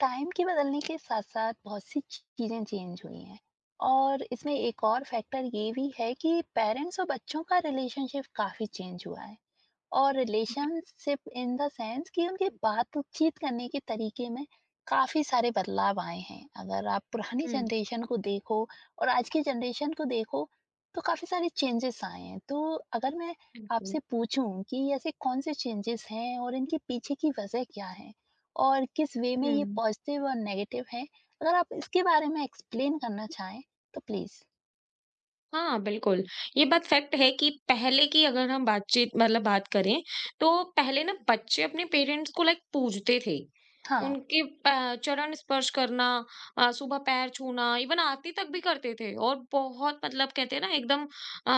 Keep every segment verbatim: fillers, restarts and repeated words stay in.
Time के बदलने के साथ-साथ बहुत सी चीज़ें चेंज हुई हैं और इसमें एक और फैक्टर ये भी है कि पेरेंट्स और बच्चों का रिलेशनशिप काफ़ी चेंज हुआ है। और रिलेशनशिप इन द सेंस कि उनके बातचीत करने के तरीके में काफ़ी सारे बदलाव आए हैं। अगर आप पुरानी हुँ, जनरेशन को देखो और आज की जनरेशन को देखो, तो काफ़ी सारे चेंजेस आए हैं। तो अगर मैं बिल्कुल। आपसे पूछूँ कि ऐसे कौन-से चेंजेस हैं और इनके पीछे की वज़ह क्या है? और किस वे में ये हुँ। पॉज़िटिव और नेगेटिव है? अगर आप इसके बारे में एक्सप्लेन करना चाहें, तो प्लीज़। हाँ, बिल्कुल, ये बात फैक्ट है कि पहले की अगर हम बातचीत मतलब बात करें, तो पहले ना बच्चे अपने पेरेंट्स को लाइक पूजते थे। हाँ। उनके प चरण स्पर्श करना, अ, सुबह पैर छूना, इवन आरती तक भी करते थे और बहुत मतलब कहते हैं ना एकदम अ,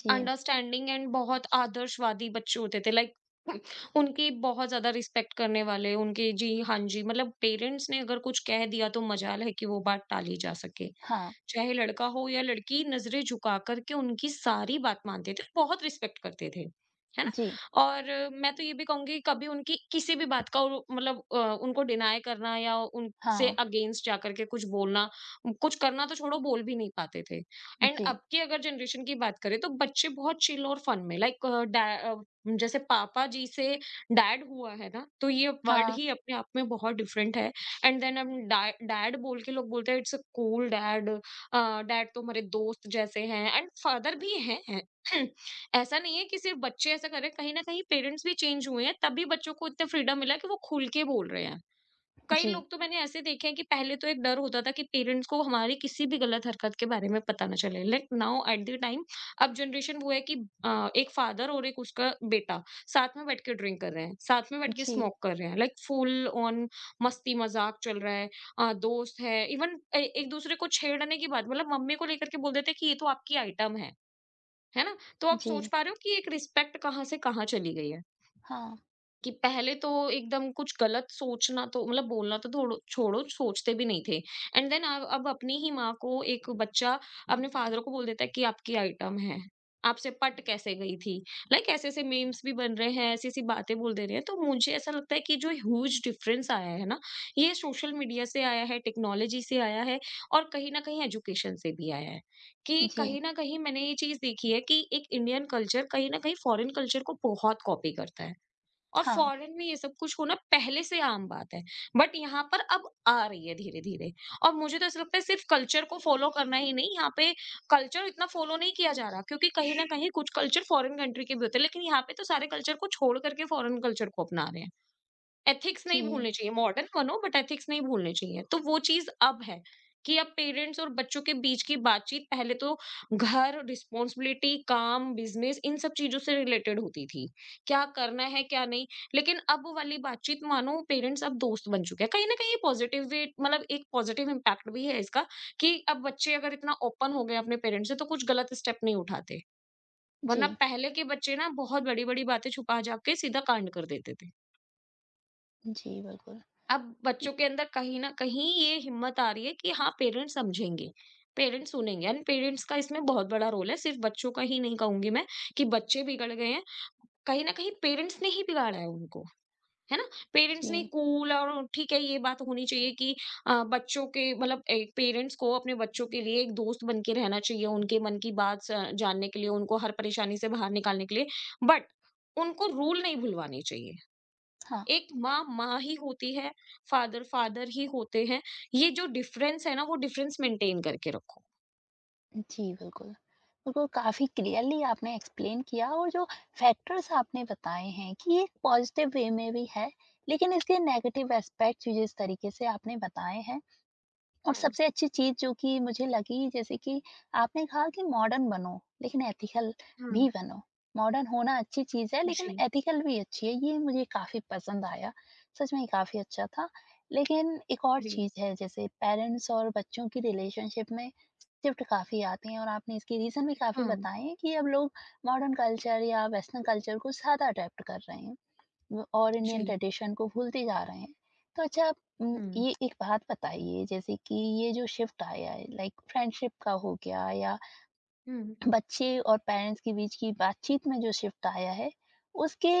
जी। अंडरस्टैंडिंग एंड बहुत आदर्शवादी बच्चे होते थे लाइक उनकी बहुत ज़्यादा रिस्पेक्ट करने वाले, उनके जी, हाँ जी, मतलब पेरेंट्स ने अगर कुछ कह दिया तो मजाल है कि वो बात टाली जा सके। हाँ। चाहे लड़का हो या लड़की, नज़रें झुका कर के उनकी सारी बात मानते थे, बहुत रिस्पेक्ट करते थे। है ना? जी। और अ, मैं तो ये भी कहूँगी कभी उनकी किसी भी बात का वो मतलब अ, उनको डिनाय करना या उनसे हाँ। अगेंस्ट जाकर के कुछ बोलना, कुछ करना तो छोड़ो बोल भी नहीं पाते थे। एंड जी। अब की अगर जनरेशन की बात करें तो बच्चे बहुत चिल और फन में लाइक अ, डै अ, जैसे पापा जी से डैड हुआ है ना, तो ये वर्ड हाँ। ही अपने आप में बहुत डिफरेंट है। एंड देन हम डै डैड बोल के लोग बोलते हैं it's a cool dad. Dad तो मेरे दोस्त जैसे हैं एंड फादर भी हैं हैं। ऐसा नहीं है कि सिर्फ बच्चे ऐसा कर रहे हैं, कहीं ना कहीं पेरेंट्स भी चेंज हुए हैं, तब भी बच्चों को इतना फ्रीडम मिला कि वो खुल के बोल रहे हैं। कई जी। लोग तो मैंने ऐसे देखे हैं कि पहले तो एक डर होता था कि पेरेंट्स को हमारी किसी भी गलत हरकत के बारे में पता ना चले, like now at the time. अब जनरेशन वो है कि अ, एक फादर और एक उसका बेटा साथ में बैठ के ड्रिंक कर रहे हैं, साथ में बैठ के जी, स्मोक कर रहे हैं, लाइक फुल ऑन मस्ती मजाक चल रहा है, अ, दोस्त है, इवन एक दूसरे को छेड़ने की बात, मतलब मम्मी को लेकर के बोल देते हैं कि ये तो आपकी आइटम है। है ना? तो आप जी। सोच पा रहे हो कि एक रिस्पेक्ट कहाँ से कहाँ चली गई है। हाँ, कि पहले तो एकदम कुछ गलत सोचना तो मतलब बोलना तो थोड़ो छोड़ो सोचते भी नहीं थे। एंड देन अब अब अपनी ही माँ को एक बच्चा, अपने फादर को बोल देता है कि आपकी आइटम है, आपसे पट कैसे गई थी। लाइक ऐसे ऐसे मीम्स भी बन रहे हैं, ऐसी ऐसी बातें बोल दे रहे हैं। तो मुझे ऐसा लगता है कि जो ह्यूज डिफरेंस आया है ना, ये सोशल मीडिया से आया है, टेक्नोलॉजी से आया है, और कहीं ना कहीं एजुकेशन से भी आया है। कि जी, कहीं ना कहीं मैंने ये चीज देखी है कि एक इंडियन कल्चर कहीं ना कहीं फॉरेन कल्चर को बहुत कॉपी करता है, और हाँ, फॉरेन में ये सब कुछ होना पहले से आम बात है। बट यहाँ पर अब आ रही है धीरे-धीरे। और मुझे तो ऐसा लगता है सिर्फ़ कल्चर को फ़ॉलो करना ही नहीं, यहाँ पे कल्चर इतना फ़ॉलो नहीं किया जा रहा, क्योंकि कहीं न कहीं कुछ कल्चर फॉरेन कंट्री के भी होते हैं, लेकिन यहाँ पे तो सारे कल्चर को छोड़ कर के फॉरेन कल्चर को अपना रहे हैं। एथिक्स नहीं जी, भूलने चाहिए, मॉडर्न बनो बट एथिक्स नहीं भूलने चाहिए। तो वो चीज़ अब है कि अब पेरेंट्स और बच्चों के बीच की बातचीत, पहले तो घर, रिस्पॉन्सिबिलिटी, काम, बिज़नेस इन सब चीज़ों से रिलेटेड होती थी। क्या करना है, क्या नहीं? लेकिन अब वो वाली बातचीत मानो पेरेंट्स अब दोस्त बन चुके हैं। कहीं न कहीं पॉज़िटिव वे मतलब एक पॉज़िटिव इम्पैक्ट भी है इसका, कि अब बच्चे अगर इतना ओपन हो गए अपने पेरेंट्स से तो कुछ गलत स्टेप नहीं उठाते। वरना जी, पहले के बच्चे ना बहुत बड़ी-बड़ी बातें छुपा-छुपा के सीधा कांड कर देते थे। जी, बिल्कुल। अब बच्चों के अंदर कहीं न कहीं ये हिम्मत आ रही है कि हाँ, पेरेंट्स समझेंगे, पेरेंट्स सुनेंगे, एंड पेरेंट्स का इसमें बहुत बड़ा रोल है। सिर्फ़ बच्चों का ही नहीं कहूँगी मैं कि बच्चे बिगड़ गए हैं, कहीं न कहीं पेरेंट्स ने ही बिगाड़ा है उनको, है ना? पेरेंट्स ने जी, कूल और ठीक है, ये बात होनी चाहिए कि अ, बच्चों के मतलब एक पेरेंट्स को अपने बच्चों के लिए एक दोस्त बन के रहना चाहिए, उनके मन की बात स जानने के लिए, उनको हर परेशानी से बाहर निकालने के लिए। बट उनको रूल नहीं भूलवाने चाहिए। हाँ, एक माँ माँ ही होती है, फादर फादर ही होते हैं। ये जो डिफरेंस है ना, वो डिफरेंस मेंटेन करके रखो। जी, बिल्कुल। बिल्कुल, काफ़ी क्लियरली आपने एक्सप्लेन किया और जो फैक्टर्स आपने बताए हैं कि एक पॉजिटिव वे में भी है, लेकिन इसके नेगेटिव एस्पेक्ट्स जिस तरीके से आपने बताए हैं और हाँ, सबसे अच्छी चीज़ जो कि मुझे लगी जैसे कि आपने कहा कि मॉडर्न बनो, लेकिन एथिकल भी हाँ। बनो। मॉडर्न होना अच्छी चीज़ है लेकिन जी। एथिकल भी अच्छी है, ये मुझे काफ़ी पसंद आया। सच में काफ़ी अच्छा था। लेकिन एक और जी, चीज़ है जैसे पेरेंट्स और बच्चों की रिलेशनशिप में शिफ्ट काफ़ी आते हैं और आपने इसके रीज़न भी काफ़ी हाँ, बताए हैं कि अब लोग मॉडर्न कल्चर या वेस्टर्न कल्चर को ज़्यादा अडॉप्ट कर रहे हैं। व- और इंडियन जी। ट्रेडिशन को भूलते जा रहे हैं। तो अच्छा आप, उम, हुँ। ये एक बात बताइए जैसे कि ये जो शिफ्ट आया है लाइक फ्रेंडशिप का हो गया या हुँ, बच्चे और पेरेंट्स के बीच की बातचीत में जो शिफ्ट आया है उसके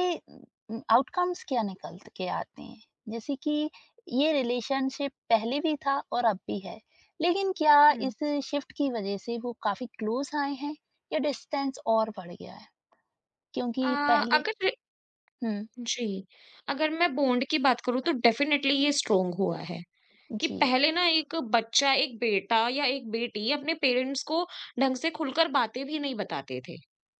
आउटकम्स क्या निकल के आते हैं जैसे कि ये रिलेशनशिप पहले भी था और अब भी है लेकिन क्या हुँ। इस शिफ्ट की वजह से वो काफी क्लोज आए हैं या डिस्टेंस और बढ़ गया है अ, क्योंकि पहले। अगर हम्म। जी, अगर मैं बॉन्ड की बात करूँ तो डेफ़िनेटली ये स्ट्रॉन्ग हुआ है। कि जी। पहले ना एक बच्चा, एक बेटा या एक बेटी अपने पेरेंट्स को ढंग से खुलकर बातें भी नहीं बताते थे।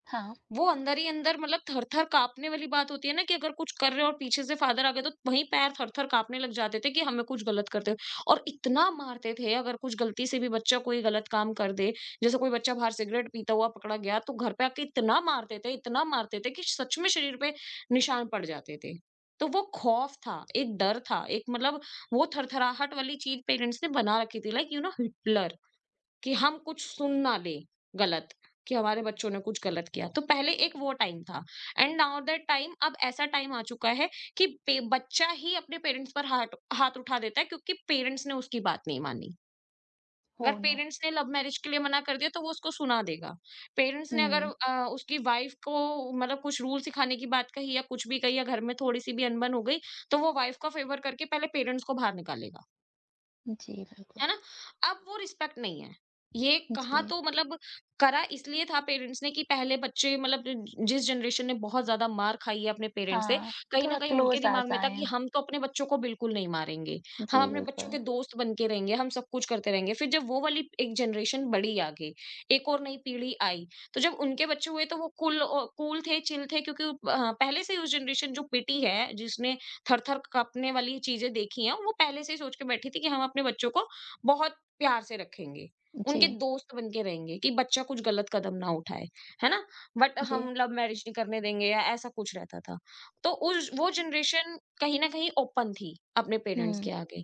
हाँ। वो अंदर ही अंदर मतलब थर-थर काँपने वाली बात होती है ना, कि अगर कुछ कर रहे हो और पीछे से फादर आ गए तो वहीं पैर थर-थर काँपने लग जाते थे कि हमें कुछ गलत करते हुए, और इतना मारते थे अगर कुछ गलती से भी बच्चा कोई गलत काम कर दे, जैसे कोई बच्चा बाहर सिगरेट पीता हुआ पकड़ा गया तो घर पे आके इतना मारते थे, इतना मारते थे कि सच में शरीर पे निशान पड़ जाते थे। तो वो खौफ था, एक डर था, एक मतलब वो थरथराहट वाली चीज़ पेरेंट्स ने बना रखी थी, लाइक यू नो हिटलर, कि हम कुछ सुन ना ले गलत, कि हमारे बच्चों ने कुछ गलत किया, तो पहले एक वो टाइम था। एंड नाउ दैट टाइम, अब ऐसा टाइम आ चुका है कि पे- बच्चा ही अपने पेरेंट्स पर हाथ हाथ उठा देता है, क्योंकि पेरेंट्स ने उसकी बात नहीं मानी। हो अगर नो। पेरेंट्स ने लव मैरिज के लिए मना कर दिया तो वो उसको सुना देगा। पेरेंट्स ने अगर हुँ। अ, उसकी वाइफ को मतलब कुछ रूल सिखाने की बात कही या कुछ भी कही, या घर में थोड़ी सी भी अनबन हो गई, तो वो वाइफ का फेवर करके पहले पेरेंट्स को बाहर निकालेगा। जी, बिल्कुल। है ना? अब वो रिस्पेक्ट नहीं है। ये कहाँ जी, तो मतलब, करा इसलिए था पेरेंट्स ने कि पहले बच्चे मतलब ज जिस जनरेशन ने बहुत ज़्यादा मार खाई है अपने पेरेंट्स से, हाँ, कहीं न थोड़ा कहीं उनके क्लोज़ आ दिमाग में था कि जाएँ। हम तो अपने बच्चों को बिल्कुल नहीं मारेंगे। जी, हम अपने बच्चों बिल्कुल। के दोस्त बन के रहेंगे, हम सब कुछ करते रहेंगे। फिर जब वो वाली एक जनरेशन बढ़ी आगे, एक और नई पीढ़ी आई, तो जब उनके बच्चे हुए तो वो कूल अ, कूल थे, चिल थे, क्योंकि अ, पहले से ही उस जनरेशन जो पिटी है, जिसने थर-थर काँपने वाली चीज़ें देखी हैं, वो पहले से ही सोच के बैठी थी कि हम अपने बच्चों को बहुत प्यार से रखेंगे, उनके जी, दोस्त बन के रहेंगे, कि बच्चा कुछ गलत कदम ना उठाए, है ना? बट जी। हम लव मैरिज नहीं करने देंगे या ऐसा कुछ रहता था। तो उस वो जनरेशन कहीं न कहीं ओपन थी अपने पेरेंट्स हुँ, के आगे,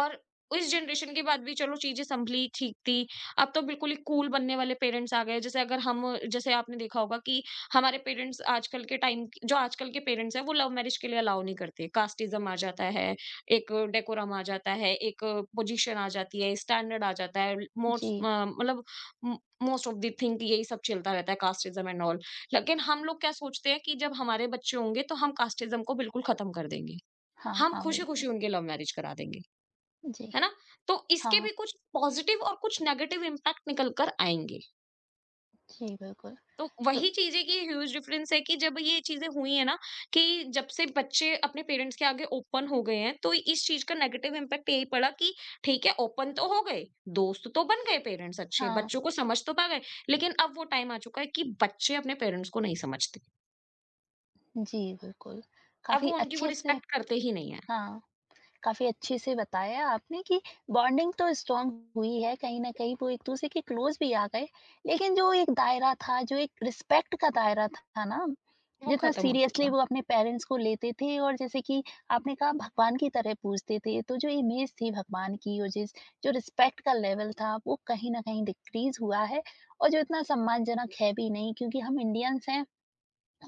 और इस जनरेशन के बाद भी चलो चीज़ें सँभली, ठीक थी। अब तो बिल्कुल ही कूल बनने वाले पेरेंट्स आ गए, जैसे अगर हम, जैसे आपने देखा होगा कि हमारे पेरेंट्स आजकल के टाइम, जो आजकल के पेरेंट्स हैं, वो लव मैरिज के लिए अलाउ नहीं करते, कास्टिज़्म आ जाता है, एक डेकोरम आ जाता है, एक पोजीशन आ जाती है, स्टैंडर्ड आ जाता है, जी। मोस्ट अ, मतलब म मोस्ट ऑफ द थिंग यही सब चलता रहता है, कास्टिज़्म एंड ऑल। लेकिन हम लोग क्या सोचते हैं कि जब हमारे बच्चे होंगे तो हम कास्टिज़्म को बिल्कुल खत्म कर देंगे। हाँ, हम हाँ, बिल्कुल। खुशी-खुशी उनकी लव मैरिज करा देंगे, जी, है ना? तो इसके हाँ। भी कुछ पॉजिटिव और कुछ नेगेटिव इम्पैक्ट निकल कर आएँगे। जी, बिल्कुल। तो उ वही चीज है कि ह्यूज डिफरेंस है कि जब ये चीजें हुई है ना, कि जब से बच्चे अपने पेरेंट्स के आगे ओपन हो गए हैं तो इस चीज का नेगेटिव इम्पैक्ट यही पड़ा कि ठीक है, ओपन तो हो गए, दोस्त तो बन गए, पेरेंट्स अच्छे हाँ, बच्चों को समझ तो पा गए, लेकिन अब वो टाइम आ चुका है कि बच्चे अपने पेरेंट्स को नहीं समझते, जी, बिल्कुल। अब काफ़ी वो उनकी वो अच्छे से। रिस्पेक्ट करते ही नहीं है, हाँ। काफ़ी अच्छे से बताया आपने कि बॉन्डिंग तो स्ट्रांग हुई है, कहीं न कहीं वो एक-दूसरे के क्लोज़ भी आ गए, लेकिन जो एक दायरा था, जो एक रिस्पेक्ट का दायरा था ना, वो जितना खत्म हो सीरियसली चुका। वो अपने पेरेंट्स को लेते थे और जैसे कि आपने कहा भगवान की तरह पूजते थे, तो जो इमेज थी भगवान की और जिस जो रिस्पेक्ट का लेवल था, वो कहीं न कहीं डिक्रीज़ हुआ है और जो इतना सम्मानजनक है भी नहीं क्योंकि हम इंडियंस हैं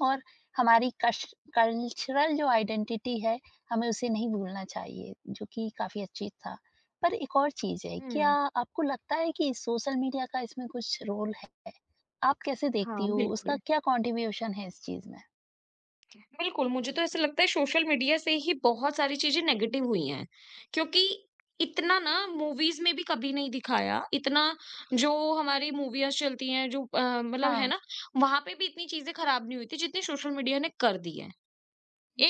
और हमारी कश कल्चरल जो आइडेंटिटी है, हमें उसे नहीं भूलना चाहिए, जो कि काफ़ी अच्छी था। पर एक और चीज़ है, क्या हम्म। आपको लगता है कि सोशल मीडिया का इसमें कुछ रोल है? आप कैसे देखती हाँ, हो? उसका बिल्कुल। क्या कॉन्ट्रिब्यूशन है इस चीज़ में? बिल्कुल, मुझे तो ऐसा लगता है सोशल मीडिया से ही बहुत सारी चीज़ें नेगेटिव हुई हैं, क्योंकि इतना ना मूवीज़ में भी कभी नहीं दिखाया, इतना, जो हमारी मूवीज़ चलती हैं जो अ, मतलब है हाँ, ना, वहाँ पे भी इतनी चीज़ें खराब नहीं हुई थी जितनी सोशल मीडिया ने कर दी है।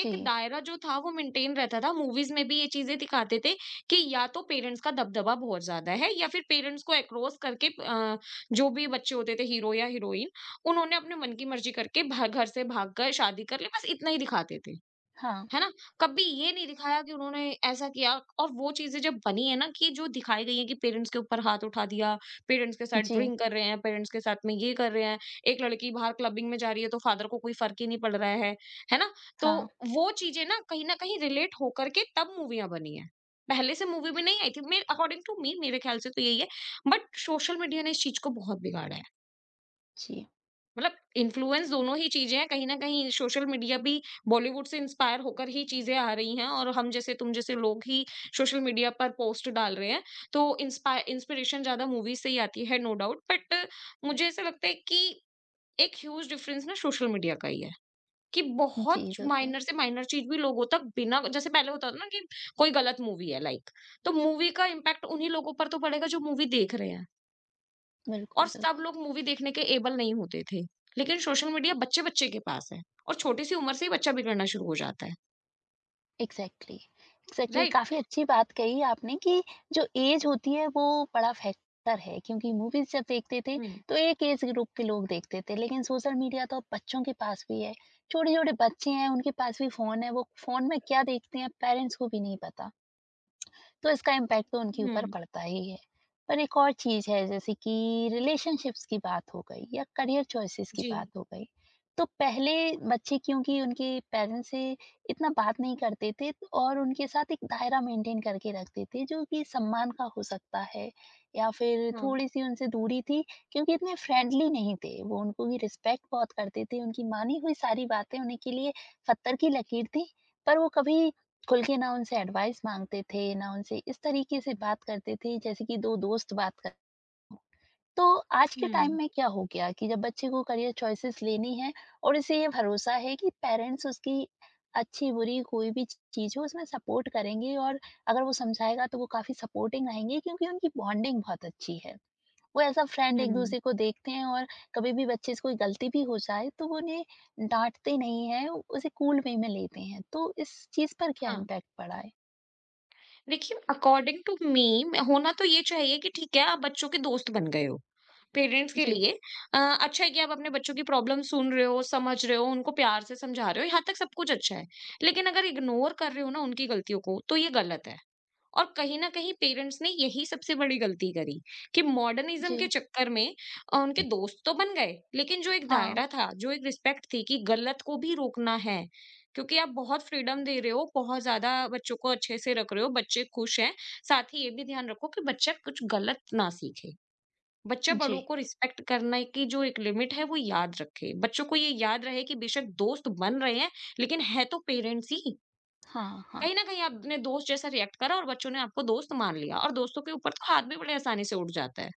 जी। दायरा जो था वो मेंटेन रहता था। मूवीज़ में भी ये चीज़ें दिखाते थे कि या तो पेरेंट्स का दबदबा बहुत ज़्यादा है या फिर पेरेंट्स को एक्रोस करके अ, जो भी बच्चे होते थे हीरो या हीरोइन, उन्होंने अपने मन की मर्ज़ी करके भा घर से भागकर शादी कर ली, बस इतना ही दिखाते थे। हाँ, है ना? कभी ये नहीं दिखाया कि उन्होंने ऐसा किया। और वो चीज़ें जब बनी है ना कि जो दिखाई गई है कि पेरेंट्स के ऊपर हाथ उठा दिया, पेरेंट्स के साथ जी। ड्रिंक कर रहे हैं, पेरेंट्स के साथ में ये कर रहे हैं, एक लड़की बाहर क्लबिंग में जा रही है तो फादर को कोई फ़र्क ही नहीं पड़ रहा है, है ना? तो हाँ, वो चीज़ें ना कहीं न कहीं रिलेट होकर के तब मूवियाँ बनी हैं। पहले से मूवी भी नहीं आई थी, मेरे अकॉर्डिंग टू मी मेरे ख़्याल से तो यही है, बट सोशल मीडिया ने इस चीज़ को बहुत बिगाड़ा है। जी। मतलब इन्फ्लुएंस दोनों ही चीज़ें हैं, कहीं न कहीं सोशल मीडिया भी बॉलीवुड से इंस्पायर होकर ही चीज़ें आ रही हैं और हम जैसे तुम जैसे लोग ही सोशल मीडिया पर पोस्ट डाल रहे हैं। तो इंस्पा इंस्पिरेशन ज़्यादा मूवीज़ से ही आती है, नो डाउट, बट मुझे ऐसा लगता है कि एक ह्यूज डिफरेंस ना सोशल मीडिया का ही है, कि जी, बहुत बिल्कुल। माइनर से माइनर चीज़ भी लोगों तक बिना जैसे पहले होता था ना कि कोई गलत मूवी है, लाइक, तो मूवी का इम्पैक्ट उन्हीं लोगों पर तो पड़ेगा जो मूवी देख रहे हैं। और बिल्कुल, सब बिल्कुल। लोग मूवी देखने के एबल नहीं होते थे। लेकिन सोशल मीडिया बच्चे-बच्चे के पास है और छोटी सी उम्र से ही बच्चा बिगड़ना शुरू हो जाता है, एग्जैक्टली एग्जैक्टली, राइट? काफी अच्छी बात कही आपने कि जो एज होती है वो बड़ा फैक्टर है क्योंकि मूवीज जब देखते थे हुँ, तो एक एज ग्रुप के लोग देखते थे लेकिन सोशल मीडिया तो अब बच्चों के पास भी है। छोटे छोटे बच्चे हैं, उनके पास भी फोन है, वो फोन में क्या देखते हैं पेरेंट्स को भी नहीं पता। तो इसका इम्पैक्ट तो उनके ऊपर हुँ, पड़ता ही है। पर एक और चीज़ है जैसे कि रिलेशनशिप्स की बात हो गई या करियर चॉइसेस की जी, बात हो गई। तो पहले बच्चे क्योंकि उनके पेरेंट्स से इतना बात नहीं करते थे तो- और उनके साथ एक दायरा मेंटेन करके रखते थे जो कि सम्मान का हो सकता है या फिर हाँ, थोड़ी-सी उनसे दूरी थी क्योंकि इतने फ्रेंडली नहीं थे। वो उनको भी रिस्पेक्ट बहुत करते थे। उनकी मानी हुई सारी बातें उन्हीं के लिए पत्थर की लकीर थी। पर वो कभी खुल के ना उनसे एडवाइस माँगते थे, ना उनसे इस तरीके से बात करते थे जैसे कि दो दोस्त बात कर। तो आज के टाइम हुँ, में क्या हो गया कि जब बच्चे को करियर चॉइसेस लेनी है और उसे ये भरोसा है कि पेरेंट्स उसकी अच्छी बुरी कोई भी चीज़ हो उसमें सपोर्ट करेंगे और अगर वो समझाएगा तो वो काफ़ी सपोर्टिंग रहेंगे क्योंकि उनकी बॉन्डिंग बहुत अच्छी है। वो एज़ अ फ्रेंड एक हुँ, दूसरे को देखते हैं और कभी भी बच्चे से कोई गलती भी हो जाए तो वो उन्हें डाँटते नहीं हैं, उसे कूल वे में लेते हैं। तो इस चीज़ पर क्या हाँ। इम्पैक्ट पड़ा है? देखिए, अकॉर्डिंग टू मी म होना तो ये चाहिए कि ठीक है, आप बच्चों के दोस्त बन गए हो, पेरेंट्स के जी, लिए अ, अच्छा है कि आप अपने बच्चों की प्रॉब्लम सुन रहे हो, समझ रहे हो, उनको प्यार से समझा रहे हो, यहाँ तक सब कुछ अच्छा है। लेकिन अगर इग्नोर कर रहे हो ना उनकी गलतियों को, तो ये गलत है। और कहीं न कहीं पेरेंट्स ने यही सबसे बड़ी गलती करी कि मॉडर्निज़्म के जी। चक्कर में अ, उनके दोस्त तो बन गए, लेकिन जो एक हाँ, दायरा था, जो एक रिस्पेक्ट थी कि गलत को भी रोकना है, क्योंकि आप बहुत फ्रीडम दे रहे हो, बहुत ज़्यादा बच्चों को अच्छे से रख रहे हो, बच्चे खुश हैं। साथ ही ये भी ध्यान रखो कि बच्चा कुछ गलत ना सीखे। बच्चा जी। बड़ों को रिस्पेक्ट करने की जो एक लिमिट है, वो याद रखे। बच्चों को ये याद रहे कि बेशक दोस्त बन रहे हैं, लेकिन है तो पेरेंट्स ही। हाँ, कहीं हाँ। न कहीं आपने दोस्त जैसा रिएक्ट करा और बच्चों ने आपको दोस्त मान लिया, और दोस्तों के ऊपर तो हाथ भी बड़े आसानी से उठ जाता है।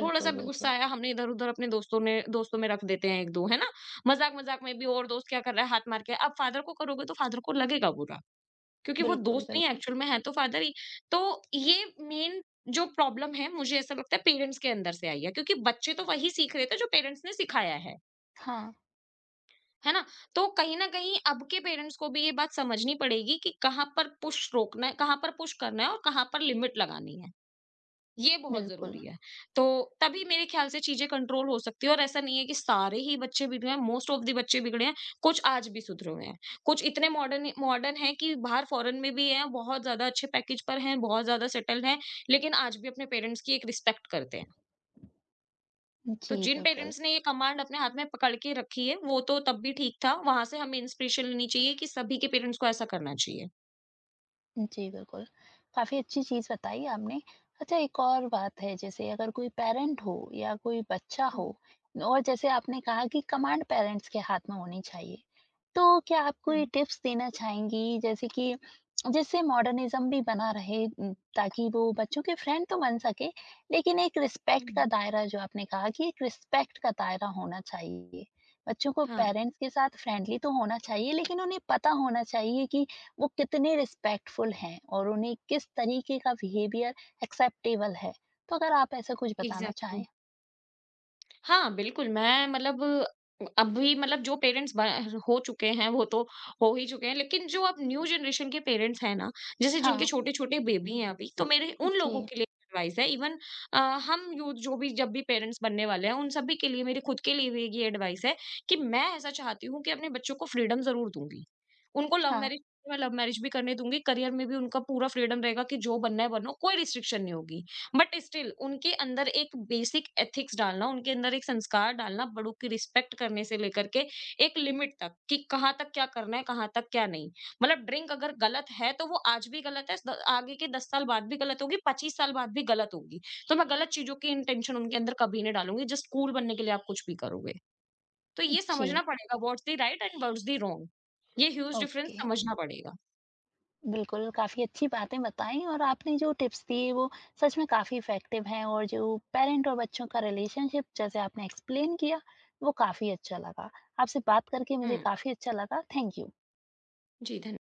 थोड़ा-सा भी गुस्सा बिल्कुल। आया हमने इधर-उधर अपने दोस्तों ने दोस्तों में रख देते हैं एक दो, है ना? मज़ाक-मज़ाक में भी और दोस्त क्या कर रहा है हाथ मार के, आप फादर को करोगे तो फादर को लगेगा बुरा, क्योंकि वो बिल्कुल, दोस्त नहीं, बिल्कुल। एक्चुअल में है तो फादर ही। तो ये मेन जो प्रॉब्लम है मुझे ऐसा लगता है पेरेंट्स के अंदर से आई है, क्योंकि बच्चे तो वही सीख रहे थे जो पेरेंट्स ने सिखाया है। हाँ, है ना? तो कहीं न कहीं अब के पेरेंट्स को भी ये बात समझनी पड़ेगी कि कहाँ पर पुश रोकना है, कहाँ पर पुश करना है और कहाँ पर लिमिट लगानी है। ये बहुत बिल्कुल। ज़रूरी है। तो तभी मेरे ख़्याल से चीज़ें कंट्रोल हो सकती है, और ऐसा नहीं है कि सारे ही बच्चे बिगड़े हैं, मोस्ट ऑफ द बच्चे बिगड़े हैं, कुछ आज भी सुधरे हुए हैं। कुछ इतने मॉडर्न मॉडर्न हैं कि बाहर फ़ॉरेन में भी हैं, बहुत ज़्यादा अच्छे पैकेज पर हैं, बहुत ज़्यादा सेटल्ड हैं, लेकिन आज भी अपने पेरेंट्स की एक रिस्पेक्ट करते हैं। तो जी, जिन बिल्कुल। पेरेंट्स ने ये कमांड अपने हाथ में पकड़ के रखी है, वो तो तब भी ठीक था, वहाँ से हमें इंस्पिरेशन लेनी चाहिए कि सभी के पेरेंट्स को ऐसा करना चाहिए। जी, बिल्कुल। काफ़ी अच्छी चीज़ बताई आपने। अच्छा एक और बात है जैसे अगर कोई पेरेंट हो या कोई बच्चा हो हुँ, और जैसे आपने कहा कि कमांड पेरेंट्स के हाथ में होनी चाहिए। तो क्या आप हुँ, कोई टिप्स देना चाहेंगी जैसे कि जिससे मॉडर्निज़्म भी बना रहे, उम, ताकि वो बच्चों के फ्रेंड तो बन सके लेकिन एक रिस्पेक्ट का हुँ। दायरा, जो आपने कहा कि एक रिस्पेक्ट का दायरा होना चाहिए। बच्चों को हाँ। पेरेंट्स के साथ फ्रेंडली तो होना चाहिए लेकिन उन्हें पता होना चाहिए कि वो कितने रिस्पेक्टफुल हैं और उन्हें किस तरीके का बिहेवियर एक्सेप्टेबल है। तो अगर आप ऐसा कुछ बताना एग्ज़ैक्टली। चाहें? हाँ, बिल्कुल, मैं मतलब अभी मतलब जो पेरेंट्स ब हो चुके हैं, वो तो हो ही चुके हैं, लेकिन जो अब न्यू जनरेशन के पेरेंट्स हैं ना, जैसे जिनके हाँ। छोटे-छोटे बेबी हैं अभी, तो मेरे उन लोगों जी। के लिए एडवाइस है। इवन अ, हम यूथ जो भी जब भी पेरेंट्स बनने वाले हैं, उन सभी के लिए, मेरे खुद के लिए भी ये एडवाइस है कि मैं ऐसा चाहती हूँ कि अपने बच्चों को फ्रीडम ज़रूर दूँगी। उनको लव हाँ। मैरिज मैं लव मैरिज भी करने दूँगी, करियर में भी उनका पूरा फ्रीडम रहेगा कि जो बनना है बनो, कोई रिस्ट्रिक्शन नहीं होगी। बट स्टिल उनके अंदर एक बेसिक एथिक्स डालना, उनके अंदर एक संस्कार डालना, बड़ों की रिस्पेक्ट करने से लेकर के एक लिमिट तक कि कहाँ तक क्या करना है, कहाँ तक क्या नहीं, मतलब ड्रिंक अगर गलत है तो वो आज भी गलत है, द- आगे के दस साल बाद भी गलत होगी, पच्चीस साल बाद भी गलत होगी। तो मैं गलत चीजों की इंटेंशन उनके अंदर कभी नहीं डालूंगी, जस्ट कूल बनने के लिए आप कुछ भी करोगे तो ये जी। समझना पड़ेगा what's the right and what's the wrong, ये ह्यूज डिफरेंस ओके। समझना पड़ेगा। बिल्कुल, काफ़ी अच्छी बातें बताई और आपने जो टिप्स दिए वो सच में काफ़ी इफ़ेक्टिव हैं और जो पेरेंट और बच्चों का रिलेशनशिप जैसे आपने एक्सप्लेन किया, वो काफ़ी अच्छा लगा। आपसे बात करके मुझे हम्म। काफ़ी अच्छा लगा। Thank you. जी धन्यवाद।